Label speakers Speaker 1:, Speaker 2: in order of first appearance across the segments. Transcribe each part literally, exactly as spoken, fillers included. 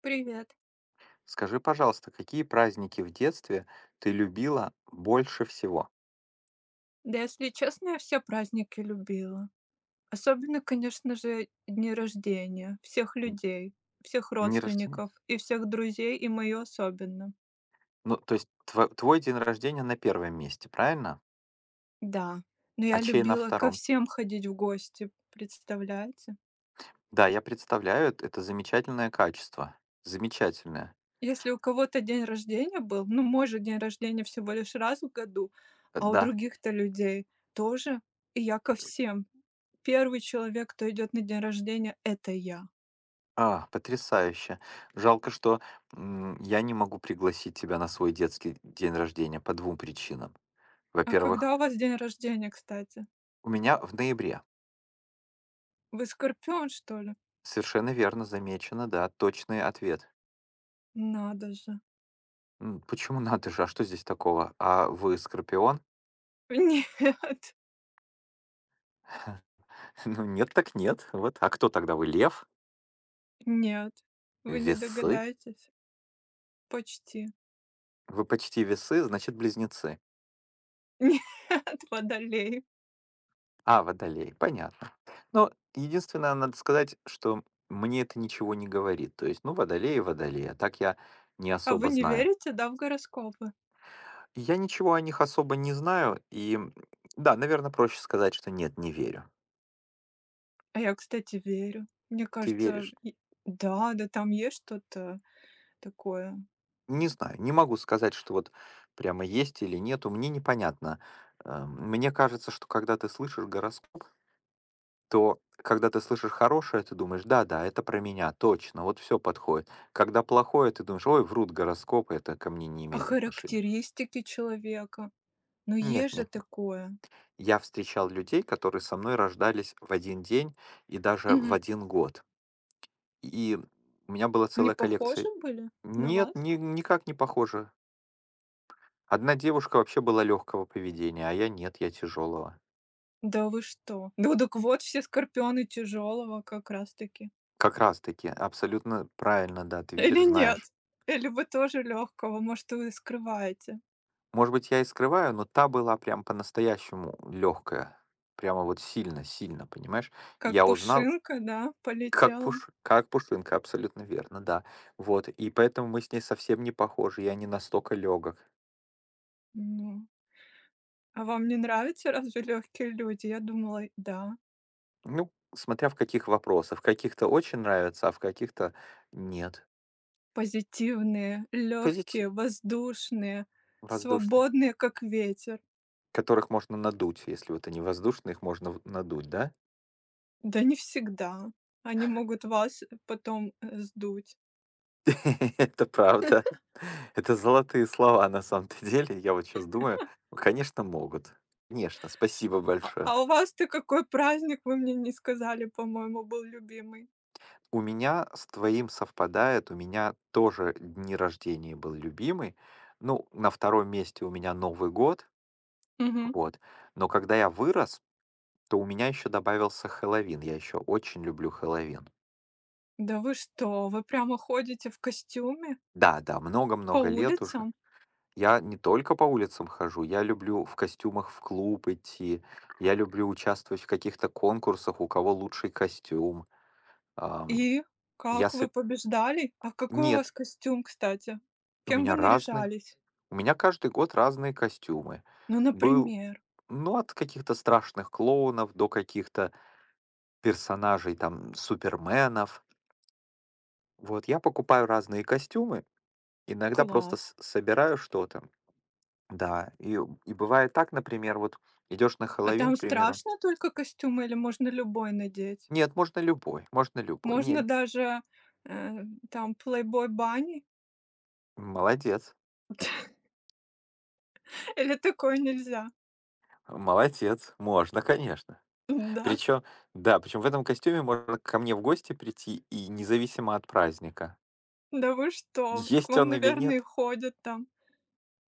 Speaker 1: Привет.
Speaker 2: Скажи, пожалуйста, какие праздники в детстве ты любила больше всего?
Speaker 1: Да, если честно, я все праздники любила. Особенно, конечно же, дни рождения всех
Speaker 2: М.
Speaker 1: людей, всех
Speaker 2: Дни рождения?
Speaker 1: родственников и всех друзей, и мою особенно.
Speaker 2: Ну, то есть тво- твой день рождения на первом месте, правильно?
Speaker 1: Да, но я
Speaker 2: А чей на
Speaker 1: любила ко
Speaker 2: втором?
Speaker 1: всем ходить в гости, представляете?
Speaker 2: Да, я представляю, это это замечательное качество. Замечательное.
Speaker 1: Если у кого-то день рождения был, ну, может, день рождения всего лишь раз в году,
Speaker 2: Э,
Speaker 1: а у
Speaker 2: Да.
Speaker 1: других-то людей тоже, и я ко всем. Первый человек, кто идет на день рождения, это я.
Speaker 2: А, потрясающе. Жалко, что м, я не могу пригласить тебя на свой детский день рождения по двум причинам.
Speaker 1: А
Speaker 2: Во-первых,
Speaker 1: когда у вас день рождения, кстати?
Speaker 2: у меня в ноябре.
Speaker 1: Вы скорпион, что ли?
Speaker 2: Совершенно верно замечено, да, точный ответ.
Speaker 1: Надо же.
Speaker 2: М, почему надо же? А что здесь такого? А вы скорпион?
Speaker 1: Нет,
Speaker 2: Ну, нет так нет. Вот. А кто тогда вы? Лев?
Speaker 1: нет, вы не
Speaker 2: Весы?
Speaker 1: догадаетесь. Почти.
Speaker 2: Вы почти весы, значит, близнецы.
Speaker 1: Нет, водолей.
Speaker 2: А, водолей. Понятно. Но единственное, надо сказать, что мне это ничего не говорит. То есть, ну, водолей и водолей. А так я не
Speaker 1: А вы
Speaker 2: особо
Speaker 1: не
Speaker 2: знаю.
Speaker 1: верите, да, в гороскопы?
Speaker 2: Я ничего о них особо не знаю. И м, да, наверное, проще сказать, что нет, не верю.
Speaker 1: А я, кстати, верю. Мне
Speaker 2: Ты
Speaker 1: кажется,
Speaker 2: веришь?
Speaker 1: и- да, да, там есть что-то такое.
Speaker 2: Не знаю, не могу сказать, что вот прямо есть или нету, мне непонятно. Э, мне кажется, что когда ты слышишь гороскоп, то когда ты слышишь хорошее, ты думаешь, да-да, это про меня, точно, вот все подходит. Когда плохое, ты думаешь, ой, врут гороскопы, это ко мне не
Speaker 1: О
Speaker 2: имеет отношения.
Speaker 1: характеристике человека. Но
Speaker 2: Нет,
Speaker 1: есть же
Speaker 2: нет, нет.
Speaker 1: такое.
Speaker 2: Я встречал людей, которые со мной рождались в один день и даже в
Speaker 1: Мгм.
Speaker 2: один год. И у меня была
Speaker 1: Не
Speaker 2: целая
Speaker 1: похожи
Speaker 2: коллекция.
Speaker 1: были на
Speaker 2: Нет,
Speaker 1: вас?
Speaker 2: ни- никак не похоже. Одна девушка вообще была легкого поведения, а я нет, я тяжелого.
Speaker 1: Да вы что? Ну так вот, все скорпионы тяжелого как раз-таки.
Speaker 2: Как раз таки, абсолютно правильно, да, ты
Speaker 1: Или
Speaker 2: видишь, знаешь.
Speaker 1: нет? Или вы тоже легкого? Может, вы скрываете?
Speaker 2: Может быть, я и скрываю, но та была прям по-настоящему легкая. Прямо вот сильно, сильно, понимаешь?
Speaker 1: Как
Speaker 2: Я узнал,
Speaker 1: пушинка, да,
Speaker 2: как,
Speaker 1: полетела?
Speaker 2: пуш... как пушинка, абсолютно верно, да. Вот, и поэтому мы с ней совсем не похожи, я не настолько легок.
Speaker 1: Ну, а вам не нравятся разве легкие люди? Я думала, да,
Speaker 2: Ну, смотря в каких вопросах. В каких-то очень нравится, а в каких-то нет.
Speaker 1: позитивные,
Speaker 2: Позитив
Speaker 1: легкие, воздушные,
Speaker 2: воздушный.
Speaker 1: свободные, как ветер.
Speaker 2: Которых можно надуть. Если вот они воздушные, их можно в надуть, да?
Speaker 1: Да не всегда. Они могут вас потом э, сдуть.
Speaker 2: Это правда. Это золотые слова на самом-то деле. Я вот сейчас думаю. Конечно, могут. Конечно, спасибо
Speaker 1: А,
Speaker 2: большое.
Speaker 1: а у вас-то какой праздник, вы мне не сказали, по-моему, был любимый.
Speaker 2: У меня с твоим совпадает, у меня тоже дни рождения был любимый. Ну, на втором месте у меня Новый год,
Speaker 1: Мгм.
Speaker 2: вот. Но когда я вырос, то у меня еще добавился Хэллоуин. Я еще очень люблю Хэллоуин.
Speaker 1: Да вы что, вы прямо ходите в костюме
Speaker 2: Да, да,
Speaker 1: по
Speaker 2: много-много лет уже.
Speaker 1: улицам?
Speaker 2: Я не только по улицам хожу, я люблю в костюмах в клуб идти, я люблю участвовать в каких-то конкурсах, у кого лучший костюм. Ам,
Speaker 1: И
Speaker 2: я
Speaker 1: как вы
Speaker 2: соб-
Speaker 1: побеждали? А какой у вас
Speaker 2: Нет,
Speaker 1: костюм, кстати?
Speaker 2: у
Speaker 1: Кем вы
Speaker 2: меня разные.
Speaker 1: наряжались?
Speaker 2: У меня каждый год разные костюмы.
Speaker 1: Ну,
Speaker 2: Был,
Speaker 1: например.
Speaker 2: ну, от каких-то страшных клоунов до каких-то персонажей, там, суперменов. Вот, я покупаю разные костюмы, иногда просто
Speaker 1: Класс.
Speaker 2: с- собираю что-то. Да, и, и бывает так, например, вот идешь на
Speaker 1: А
Speaker 2: Хэллоуин,
Speaker 1: там
Speaker 2: к примеру.
Speaker 1: страшно только костюмы или можно любой надеть?
Speaker 2: Нет, можно любой, можно любой.
Speaker 1: Можно
Speaker 2: Нет,
Speaker 1: даже, э, там плейбой Бани?
Speaker 2: молодец,
Speaker 1: Или такое нельзя?
Speaker 2: молодец, можно, конечно.
Speaker 1: Да?
Speaker 2: Причем, да, причем в этом костюме можно ко мне в гости прийти и независимо от праздника.
Speaker 1: Да вы что? К
Speaker 2: Есть
Speaker 1: вам,
Speaker 2: он или
Speaker 1: наверное, и
Speaker 2: нет,
Speaker 1: ходят там.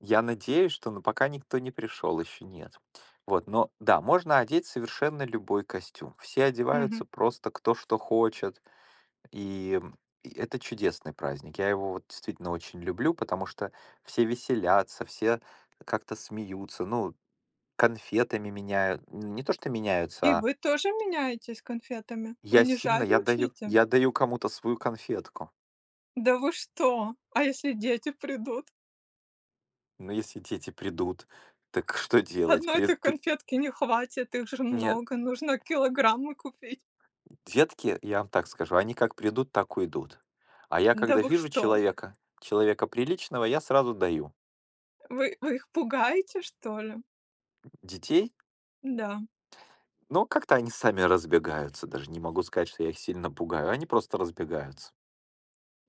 Speaker 2: я надеюсь, что ну, пока никто не пришел, еще нет. Вот, но да, можно одеть совершенно любой костюм. Все
Speaker 1: Мгм.
Speaker 2: одеваются просто кто что хочет, и м, и это чудесный праздник. Я его вот действительно очень люблю, потому что все веселятся, все как-то смеются. Ну, конфетами меняют не то что
Speaker 1: И
Speaker 2: меняются, а
Speaker 1: вы тоже меняетесь конфетами? Вы
Speaker 2: я
Speaker 1: не
Speaker 2: сильно я даю
Speaker 1: жадничаете?
Speaker 2: я даю кому-то свою конфетку.
Speaker 1: Да вы что? А если дети придут?
Speaker 2: Но если дети придут, так что делать? При
Speaker 1: Одной-то
Speaker 2: при
Speaker 1: конфетки не хватит, их же
Speaker 2: Нет,
Speaker 1: много, нужно килограммы купить.
Speaker 2: детки, я вам так скажу, они как придут, так уйдут. А я
Speaker 1: Да
Speaker 2: когда
Speaker 1: вы
Speaker 2: вижу
Speaker 1: что?
Speaker 2: человека, человека приличного, я сразу даю.
Speaker 1: Вы вы их пугаете, что ли?
Speaker 2: Детей,
Speaker 1: Да.
Speaker 2: ну, как-то они сами разбегаются. Даже не могу сказать, что я их сильно пугаю. Они просто разбегаются.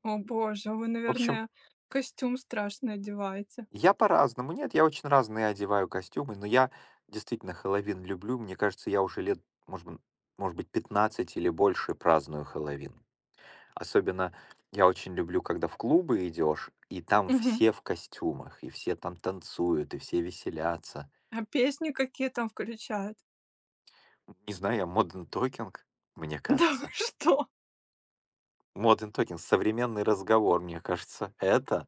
Speaker 1: О боже, вы,
Speaker 2: В общем,
Speaker 1: наверное, костюм страшный одеваете.
Speaker 2: я по-разному. Нет, я очень разные одеваю костюмы, но я действительно Хэллоуин люблю. Мне кажется, я уже лет, может быть, может быть, пятнадцать или больше праздную Хэллоуин. Особенно я очень люблю, когда в клубы идешь, и там
Speaker 1: Мгм.
Speaker 2: все в костюмах, и все там танцуют, и все веселятся.
Speaker 1: А песни какие там включают?
Speaker 2: Не знаю, я моден токинг, мне
Speaker 1: Да вы
Speaker 2: кажется.
Speaker 1: что?
Speaker 2: Моден токинг, современный разговор, мне кажется, это.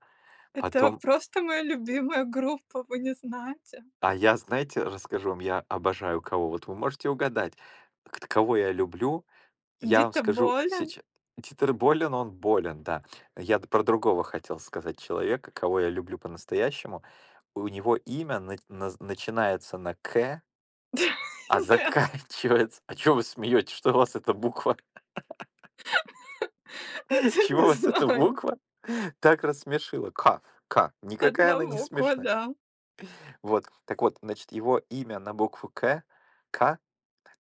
Speaker 1: Это
Speaker 2: Потом,
Speaker 1: просто моя любимая группа, вы не знаете?
Speaker 2: а я, знаете, расскажу вам, я обожаю кого. Вот вы можете угадать, к- кого я люблю. Я вам
Speaker 1: Дита
Speaker 2: скажу
Speaker 1: Болен?
Speaker 2: сейчас. Титр болен, он болен, да. Я д- про другого хотел сказать человека, кого я люблю по-настоящему. У него имя на- на- начинается на К, а
Speaker 1: Нет,
Speaker 2: заканчивается... А чего вы смеетесь? Что у вас эта буква?
Speaker 1: это
Speaker 2: Чего у
Speaker 1: не
Speaker 2: вас эта
Speaker 1: знаю.
Speaker 2: буква так рассмешила? К. К. Никакая
Speaker 1: Одна
Speaker 2: она не
Speaker 1: буква,
Speaker 2: смешная.
Speaker 1: да.
Speaker 2: Вот. Так вот, значит, его имя на букву К, К,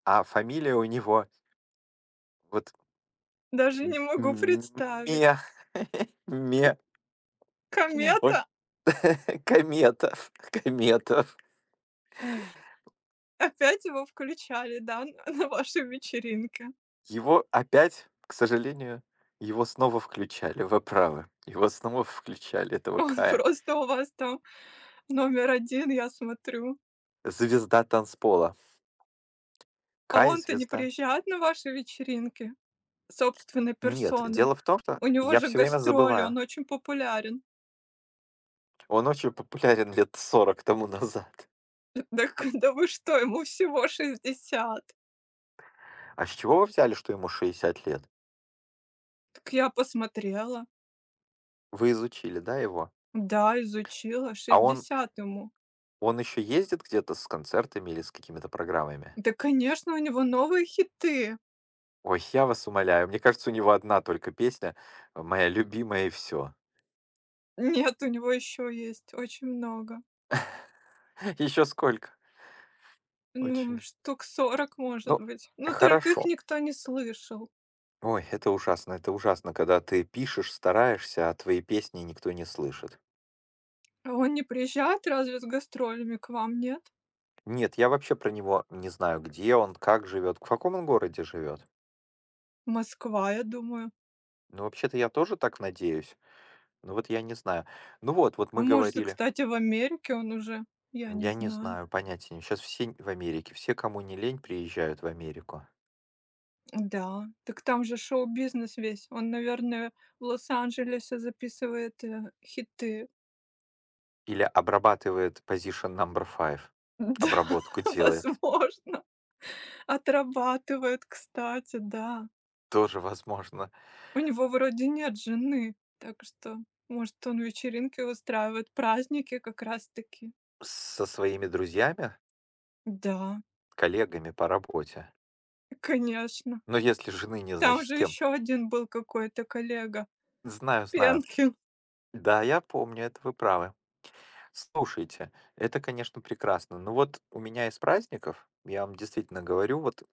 Speaker 2: а фамилия у него вот
Speaker 1: Даже
Speaker 2: м-
Speaker 1: не могу
Speaker 2: м- Ме.
Speaker 1: представить.
Speaker 2: Ме.
Speaker 1: Комета?
Speaker 2: Комета, комета.
Speaker 1: Опять его включали, да, н на вашей вечеринке.
Speaker 2: Его опять, к сожалению, его снова включали, вы правы. Его снова включали,
Speaker 1: Он
Speaker 2: этого Кая.
Speaker 1: просто у вас там номер один, я смотрю.
Speaker 2: Звезда танцпола.
Speaker 1: А
Speaker 2: Кай—
Speaker 1: он-то не
Speaker 2: звезда.
Speaker 1: приезжает на ваши вечеринки собственной
Speaker 2: Нет,
Speaker 1: персоной?
Speaker 2: дело в том, что
Speaker 1: У него
Speaker 2: я
Speaker 1: же
Speaker 2: все время
Speaker 1: гастроли, он
Speaker 2: забываю.
Speaker 1: очень популярен.
Speaker 2: Он очень популярен лет сорок тому назад.
Speaker 1: Так да вы что, ему всего шестьдесят?
Speaker 2: А с чего вы взяли, что ему шестьдесят лет?
Speaker 1: Так я посмотрела,
Speaker 2: Вы изучили, да, его?
Speaker 1: да, изучила,
Speaker 2: А он,
Speaker 1: шестьдесят ему.
Speaker 2: он еще ездит где-то с концертами или с какими-то программами?
Speaker 1: Да, конечно, у него новые хиты.
Speaker 2: Ой, я вас умоляю. Мне кажется, у него одна только песня, моя любимая и все.
Speaker 1: Нет, у него еще есть очень много.
Speaker 2: Еще сколько?
Speaker 1: Ну,
Speaker 2: Очень.
Speaker 1: штук сорок может
Speaker 2: Ну,
Speaker 1: быть. Ну, только их
Speaker 2: хорошо.
Speaker 1: никто не слышал.
Speaker 2: Ой, это ужасно, это ужасно, когда ты пишешь, стараешься, а твои песни никто не слышит.
Speaker 1: А он не приезжает разве с гастролями к вам, нет?
Speaker 2: Нет, я вообще про него не знаю, где он, как живет, в каком он городе живет.
Speaker 1: Москва, я думаю.
Speaker 2: Ну, вообще-то я тоже так надеюсь, но вот я не знаю. Ну вот, вот
Speaker 1: А
Speaker 2: мы
Speaker 1: может,
Speaker 2: говорили,
Speaker 1: кстати, в Америке он уже? Я не
Speaker 2: я не
Speaker 1: знаю.
Speaker 2: знаю, понятия не... Сейчас все в Америке, все, кому не лень, приезжают в Америку.
Speaker 1: Да, так там же шоу-бизнес весь. Он, наверное, в Лос-Анджелесе записывает, э, хиты.
Speaker 2: Или обрабатывает position number five,
Speaker 1: Да,
Speaker 2: обработку делает.
Speaker 1: возможно. Отрабатывает, кстати, да.
Speaker 2: Тоже возможно,
Speaker 1: У него вроде нет жены, так что, может, он вечеринки устраивает, праздники как раз-таки.
Speaker 2: со своими друзьями,
Speaker 1: Да,
Speaker 2: коллегами по работе.
Speaker 1: конечно.
Speaker 2: Но если жены нет,
Speaker 1: Там
Speaker 2: значит, с
Speaker 1: же
Speaker 2: кем.
Speaker 1: еще один был какой-то коллега,
Speaker 2: Знаю, знаю.
Speaker 1: Пенкин.
Speaker 2: Да, я помню, это вы правы. Слушайте, это, конечно, прекрасно. Ну вот у меня из праздников, я вам действительно говорю, вот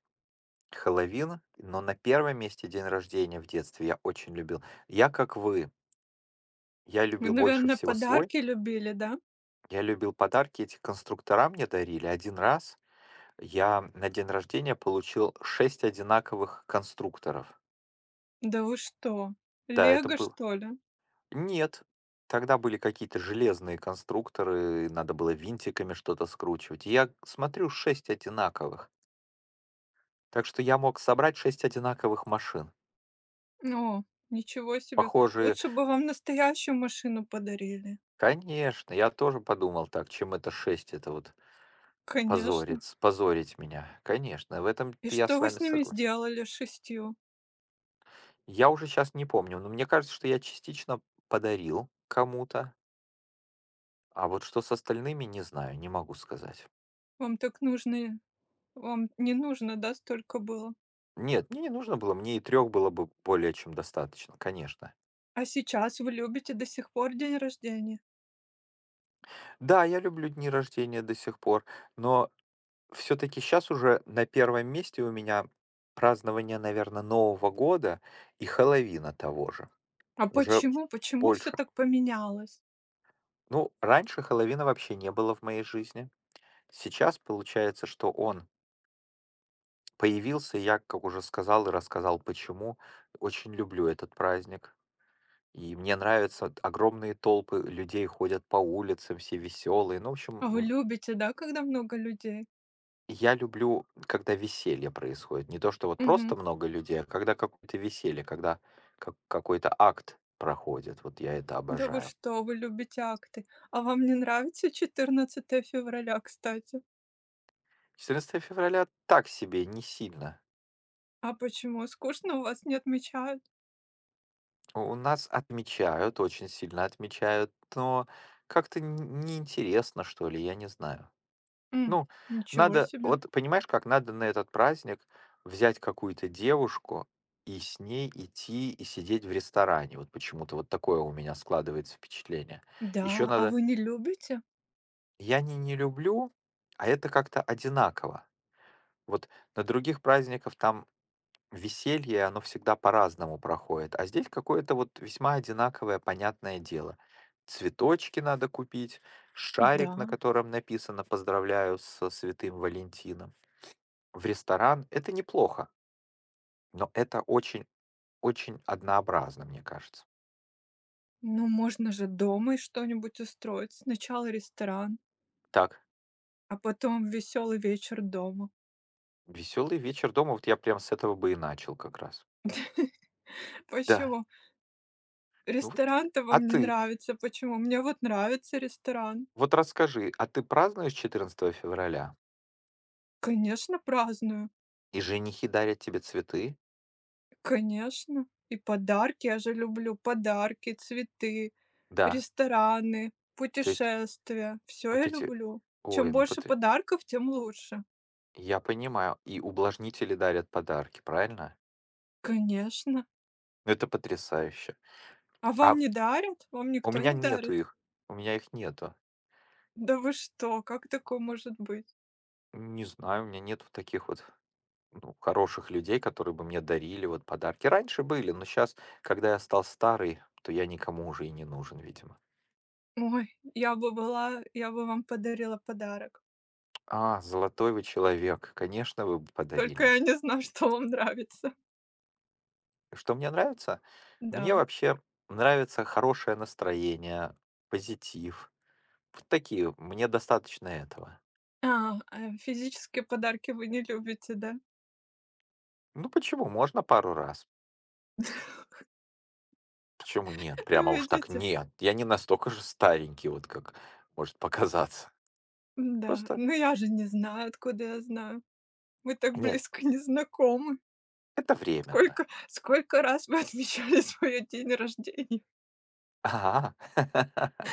Speaker 2: Хэллоуин, но на первом месте день рождения в детстве я очень любил. Я как вы, я
Speaker 1: Вы,
Speaker 2: любил больше
Speaker 1: наверное,
Speaker 2: всего свой.
Speaker 1: подарки любили, да?
Speaker 2: Я любил подарки, эти конструктора мне дарили. Один раз я на день рождения получил шесть одинаковых конструкторов.
Speaker 1: Да вы что?
Speaker 2: Да, это
Speaker 1: Лего,
Speaker 2: был...
Speaker 1: что ли?
Speaker 2: Нет. Тогда были какие-то железные конструкторы, надо было винтиками что-то скручивать. И я смотрю, шесть одинаковых. Так что я мог собрать шесть одинаковых машин.
Speaker 1: О, ничего себе.
Speaker 2: Похожие,
Speaker 1: Лучше бы вам настоящую машину подарили.
Speaker 2: конечно, я тоже подумал так, чем это шесть, это вот
Speaker 1: Конечно.
Speaker 2: позорит, позорить меня. Конечно, в этом
Speaker 1: И
Speaker 2: я с
Speaker 1: что вы с
Speaker 2: вами
Speaker 1: ними
Speaker 2: согласен.
Speaker 1: сделали, с шестью?
Speaker 2: Я уже сейчас не помню, но мне кажется, что я частично подарил кому-то, а вот что с остальными, не знаю, не могу сказать.
Speaker 1: Вам так нужно, вам не нужно, да, столько было?
Speaker 2: Нет, мне не нужно было, мне и трех было бы более чем достаточно, конечно.
Speaker 1: А сейчас вы любите до сих пор день рождения?
Speaker 2: Да, я люблю дни рождения до сих пор, но все таки сейчас уже на первом месте у меня празднование, наверное, Нового года и Хэллоуина того же.
Speaker 1: А
Speaker 2: Уже
Speaker 1: почему? Почему все
Speaker 2: больше.
Speaker 1: так поменялось?
Speaker 2: Ну, раньше Хэллоуина вообще не было в моей жизни. Сейчас получается, что он появился, и я, как уже сказал и рассказал почему, очень люблю этот праздник. И мне нравятся огромные толпы людей ходят по улицам, все веселые. Ну, в общем,
Speaker 1: А вы
Speaker 2: м,
Speaker 1: любите, да, когда много людей?
Speaker 2: я люблю, когда веселье происходит. Не то, что вот
Speaker 1: Мгм.
Speaker 2: просто много людей, а когда какое-то веселье, когда как- какой-то акт проходит. Вот я это
Speaker 1: Да вы
Speaker 2: обожаю.
Speaker 1: что, вы любите акты. А вам не нравится четырнадцатое февраля, кстати?
Speaker 2: четырнадцатого февраля так себе, не сильно.
Speaker 1: А почему? Скучно, у вас не отмечают?
Speaker 2: У у нас отмечают, очень сильно отмечают, но как-то н- неинтересно, что ли, я не знаю.
Speaker 1: М,
Speaker 2: Ну,
Speaker 1: ничего
Speaker 2: надо,
Speaker 1: себе.
Speaker 2: вот понимаешь как, надо на этот праздник взять какую-то девушку и с ней идти и сидеть в ресторане. Вот почему-то вот такое у меня складывается впечатление.
Speaker 1: Да,
Speaker 2: Еще
Speaker 1: а
Speaker 2: надо,
Speaker 1: вы не любите?
Speaker 2: я не не люблю, а это как-то одинаково. Вот на других праздниках там веселье, оно всегда по-разному проходит, а здесь какое-то вот весьма одинаковое, понятное дело. Цветочки надо купить, шарик, на
Speaker 1: Да.
Speaker 2: котором написано «Поздравляю со Святым Валентином». В ресторан— это неплохо, но это очень очень однообразно, мне кажется.
Speaker 1: Ну, можно же дома и что-нибудь устроить. Сначала ресторан,
Speaker 2: Так.
Speaker 1: а потом веселый вечер дома.
Speaker 2: Веселый вечер дома, вот я прям с этого бы и начал как раз. Да.
Speaker 1: Почему?
Speaker 2: Ну вот.
Speaker 1: Ресторан-то
Speaker 2: А
Speaker 1: вам не
Speaker 2: ты?
Speaker 1: нравится. Почему? Мне вот нравится ресторан.
Speaker 2: Вот расскажи, а ты празднуешь четырнадцатого февраля?
Speaker 1: Конечно, праздную.
Speaker 2: И женихи дарят тебе цветы?
Speaker 1: Конечно. И подарки, я же люблю подарки, цветы,
Speaker 2: Да.
Speaker 1: рестораны,
Speaker 2: То есть
Speaker 1: путешествия. Все
Speaker 2: вот
Speaker 1: я
Speaker 2: эти...
Speaker 1: люблю. Чем
Speaker 2: Ой, ну
Speaker 1: больше
Speaker 2: потр
Speaker 1: подарков, тем лучше.
Speaker 2: Я понимаю, и увлажнители дарят подарки, правильно?
Speaker 1: Конечно.
Speaker 2: Ну это потрясающе.
Speaker 1: А
Speaker 2: А
Speaker 1: вам не дарят? Вам
Speaker 2: у
Speaker 1: никто
Speaker 2: меня
Speaker 1: не
Speaker 2: нету
Speaker 1: дарит?
Speaker 2: их, у меня их нету.
Speaker 1: Да вы что? Как такое может быть?
Speaker 2: Не знаю, у меня нету таких вот... Ну, хороших людей, которые бы мне дарили вот подарки. Раньше были, но сейчас, когда я стал старый, то я никому уже и не нужен, видимо.
Speaker 1: Ой, я бы была я бы вам подарила подарок.
Speaker 2: А, золотой вы человек, конечно, вы бы
Speaker 1: Только
Speaker 2: подарили.
Speaker 1: я не знаю, что вам нравится.
Speaker 2: Что мне нравится? Мне
Speaker 1: Да.
Speaker 2: вообще нравится хорошее настроение, позитив. Вот такие, мне достаточно этого.
Speaker 1: А, э, физические подарки вы не любите, да?
Speaker 2: Ну почему? Можно пару раз. Почему нет?
Speaker 1: Ну,
Speaker 2: Прямо уж так
Speaker 1: видите?
Speaker 2: нет. Я не настолько же старенький, вот как может показаться.
Speaker 1: Да,
Speaker 2: Просто
Speaker 1: ну, я же не знаю, откуда я знаю. Мы так
Speaker 2: нет,
Speaker 1: близко не знакомы.
Speaker 2: это временно.
Speaker 1: Сколько сколько раз вы отмечали свой день рождения?
Speaker 2: Ага.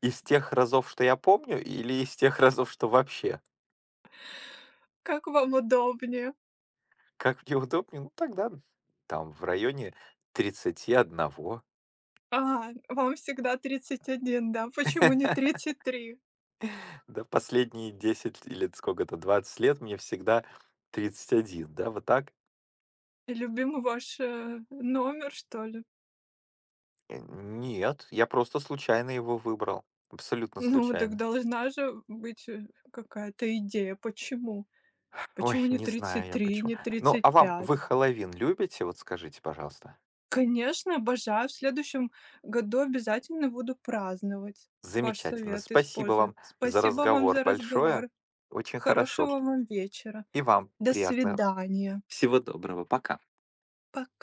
Speaker 2: Из тех разов, что я помню, или из тех разов, что вообще?
Speaker 1: Как вам удобнее?
Speaker 2: Как мне удобнее, ну тогда там в районе тридцати одного.
Speaker 1: А, вам всегда тридцать один, да? Почему не тридцать три?
Speaker 2: Да, последние десять или сколько-то, двадцать лет мне всегда тридцать один, да, вот так?
Speaker 1: Любимый ваш, э, номер, что ли?
Speaker 2: Э, Нет, я просто случайно его выбрал. Абсолютно
Speaker 1: Ну, так
Speaker 2: случайно.
Speaker 1: должна же быть, э, какая-то идея. Почему?
Speaker 2: Ой,
Speaker 1: Почему не
Speaker 2: не знаю
Speaker 1: тридцать
Speaker 2: я
Speaker 1: три,
Speaker 2: почему.
Speaker 1: не
Speaker 2: Ну,
Speaker 1: тридцать
Speaker 2: а вам, вы
Speaker 1: пять?
Speaker 2: Хэллоуин любите? Вот скажите, пожалуйста.
Speaker 1: Конечно, обожаю. В следующем году обязательно буду праздновать. Ваш
Speaker 2: Замечательно.
Speaker 1: совет
Speaker 2: Спасибо
Speaker 1: использую.
Speaker 2: вам за
Speaker 1: Спасибо вам
Speaker 2: разговор
Speaker 1: за
Speaker 2: большое.
Speaker 1: разговор.
Speaker 2: Очень хорошо.
Speaker 1: Хорошего вам вечера.
Speaker 2: И вам
Speaker 1: До
Speaker 2: приятно.
Speaker 1: свидания.
Speaker 2: Всего доброго. Пока.
Speaker 1: Пока.